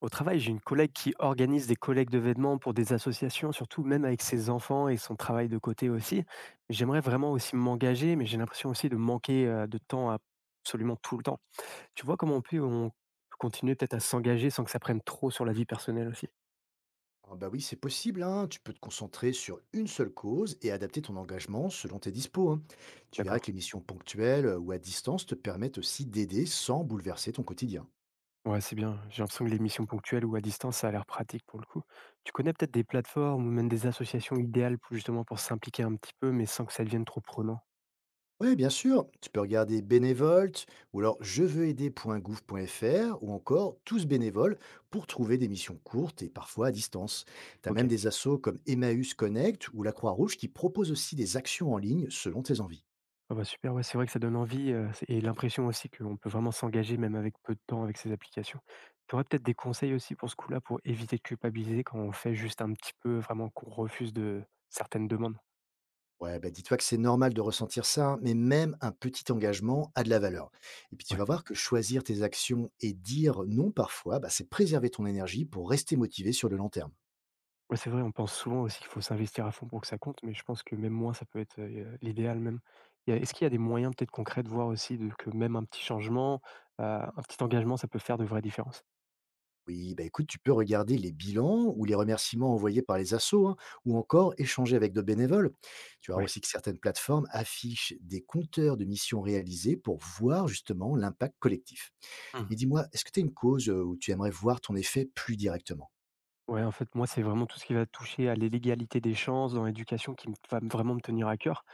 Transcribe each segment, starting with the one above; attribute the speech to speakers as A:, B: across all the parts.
A: Au travail, j'ai une collègue qui organise des collectes de vêtements pour des associations, surtout même avec ses enfants et son travail de côté aussi. J'aimerais vraiment aussi m'engager, mais j'ai l'impression aussi de manquer de absolument tout le temps. Tu vois comment on peut continuer peut-être à s'engager sans que ça prenne trop sur la vie personnelle aussi.
B: Ah bah oui, c'est possible, hein. Tu peux te concentrer sur une seule cause et adapter ton engagement selon tes dispos, hein. Tu verras
A: D'accord.
B: que les missions ponctuelles ou à distance te permettent aussi d'aider sans bouleverser ton quotidien.
A: Ouais, c'est bien. J'ai l'impression que les missions ponctuelles ou à distance, ça a l'air pratique pour le coup. Tu connais peut-être des plateformes ou même des associations idéales pour justement pour s'impliquer un petit peu, mais sans que ça devienne trop prenant.
B: Oui, bien sûr, tu peux regarder Bénévolte, ou alors je veux aider.gouv.fr, ou encore Tous bénévoles pour trouver des missions courtes et parfois à distance. Tu as même
A: Ok.
B: des assos comme Emmaüs Connect ou la Croix-Rouge qui proposent aussi des actions en ligne selon tes envies.
A: Ah bah, super, ouais, c'est vrai que ça donne envie, c'est et l'impression aussi qu'on peut vraiment s'engager même avec peu de temps avec ces applications. Tu aurais peut-être des conseils aussi pour ce coup-là, pour éviter de culpabiliser quand on fait juste un petit peu, vraiment qu'on refuse de certaines demandes?
B: Ouais, bah dis-toi que c'est normal de ressentir ça, hein, mais même un petit engagement a de la valeur. Et puis tu
A: Ouais.
B: vas voir que choisir tes actions et dire non parfois, bah, c'est préserver ton énergie pour rester motivé sur le long terme.
A: Ouais, c'est vrai, on pense souvent aussi qu'il faut s'investir à fond pour que ça compte, mais je pense que même moins, ça peut être, l'idéal même. Il y a est-ce qu'il y a des moyens peut-être concrets de voir aussi de que même un petit changement, un petit engagement, ça peut faire de vraies différences?
B: Oui, bah écoute, tu peux regarder les bilans ou les remerciements envoyés par les assos, hein, ou encore échanger avec d'autres bénévoles. Tu vas voir
A: Ouais.
B: aussi que certaines plateformes affichent des compteurs de missions réalisées pour voir justement l'impact collectif.
A: Mmh.
B: Mais dis-moi, est-ce que tu as une cause où tu aimerais voir ton effet plus directement.
A: Ouais, en fait, moi, c'est vraiment tout ce qui va toucher à l'égalité des chances dans l'éducation qui vraiment me tenir à cœur.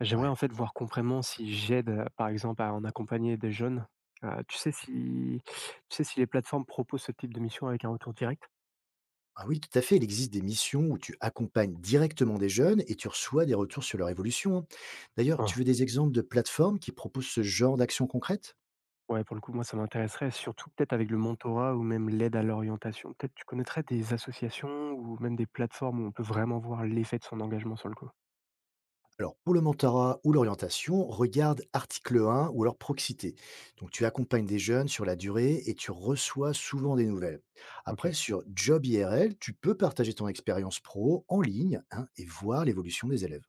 A: J'aimerais,
B: Ouais.
A: en fait, voir concrètement si j'aide, par exemple, à en accompagner des jeunes. Tu sais si les plateformes proposent ce type de mission avec un retour direct?
B: Ah oui, tout à fait. Il existe des missions où tu accompagnes directement des jeunes et tu reçois des retours sur leur évolution, hein. D'ailleurs,
A: Ah,
B: tu veux des exemples de plateformes qui proposent ce genre d'action concrète?
A: ouais, pour le coup, moi, ça m'intéresserait, surtout peut-être avec le mentorat ou même l'aide à l'orientation. Peut-être tu connaîtrais des associations ou même des plateformes où on peut vraiment voir l'effet de son engagement sur le coup?
B: Alors, pour le mentorat ou l'orientation, regarde article 1 ou alors Proxité. Donc, tu accompagnes des jeunes sur la durée et tu reçois souvent des nouvelles. Après,
A: OK.
B: sur Job IRL, tu peux partager ton expérience pro en ligne, hein, et voir l'évolution des élèves.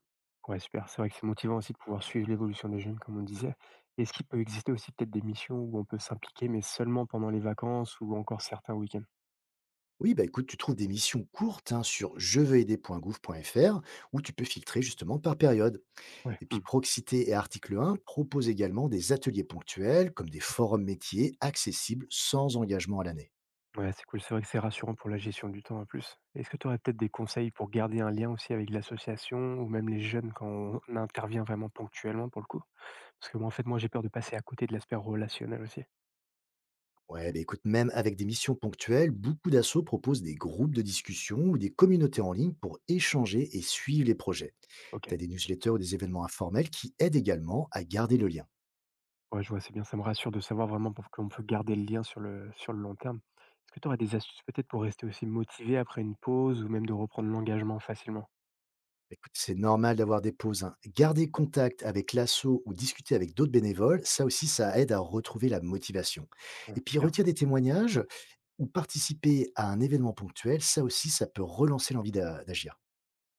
A: Ouais, super. C'est vrai que c'est motivant aussi de pouvoir suivre l'évolution des jeunes, comme on disait. Est-ce qu'il peut exister aussi peut-être des missions où on peut s'impliquer, mais seulement pendant les vacances ou encore certains week-ends?
B: Oui, bah écoute, tu trouves des missions courtes, hein, sur je veux aider point gouv point Fr, où tu peux filtrer justement par période.
A: Ouais.
B: Et puis
A: Hmm.
B: Proxité et Article un proposent également des ateliers ponctuels comme des forums métiers accessibles sans engagement à l'année.
A: Ouais, c'est cool. C'est vrai que c'est rassurant pour la gestion du temps en plus. Est-ce que tu aurais peut-être des conseils pour garder un lien aussi avec l'association ou même les jeunes quand on intervient vraiment ponctuellement pour le coup? Parce que moi, en fait, j'ai peur de passer à côté de l'aspect relationnel aussi.
B: Ouais, bah écoute, même avec des missions ponctuelles, beaucoup d'assauts proposent des groupes de discussion ou des communautés en ligne pour échanger et suivre les projets.
A: Ok.
B: Tu as des newsletters ou des événements informels qui aident également à garder le lien.
A: Ouais, je vois, c'est bien, ça me rassure de savoir vraiment pour qu'on peut garder le lien sur le long terme. Est-ce que tu aurais des astuces peut-être pour rester aussi motivé après une pause ou même de reprendre l'engagement facilement?
B: Bah écoute, c'est normal d'avoir des pauses, hein. Garder contact avec l'asso ou discuter avec d'autres bénévoles, ça aussi, ça aide à retrouver la motivation.
A: Ouais,
B: Et puis,
A: bien.
B: retire des témoignages, ou participer à un événement ponctuel, ça aussi, ça peut relancer l'envie d'agir.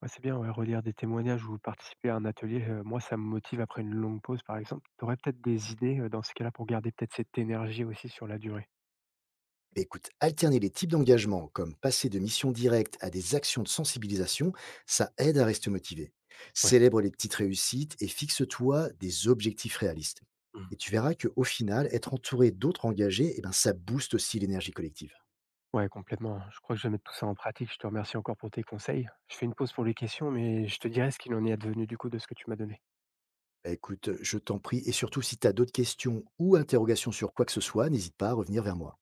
A: Ouais, c'est bien, ouais, relire des témoignages ou participer à un atelier, moi ça me motive après une longue pause par exemple. Tu aurais peut-être des idées, dans ce cas-là pour garder peut-être cette énergie aussi sur la durée?
B: Mais écoute, alterner les types d'engagement, comme passer de missions directes à des actions de sensibilisation, ça aide à rester motivé.
A: Ouais.
B: Célèbre les petites réussites et fixe-toi des objectifs réalistes.
A: Mmh.
B: Et tu verras qu'au final, être entouré d'autres engagés, eh ben, ça booste aussi l'énergie collective.
A: Ouais, complètement, hein. Je crois que je vais mettre tout ça en pratique. Je te remercie encore pour tes conseils. Je fais une pause pour les questions, mais je te dirai ce qu'il en est advenu du coup de ce que tu m'as donné.
B: Bah, écoute, je t'en prie, et surtout si tu as d'autres questions ou interrogations sur quoi que ce soit, n'hésite pas à revenir vers moi.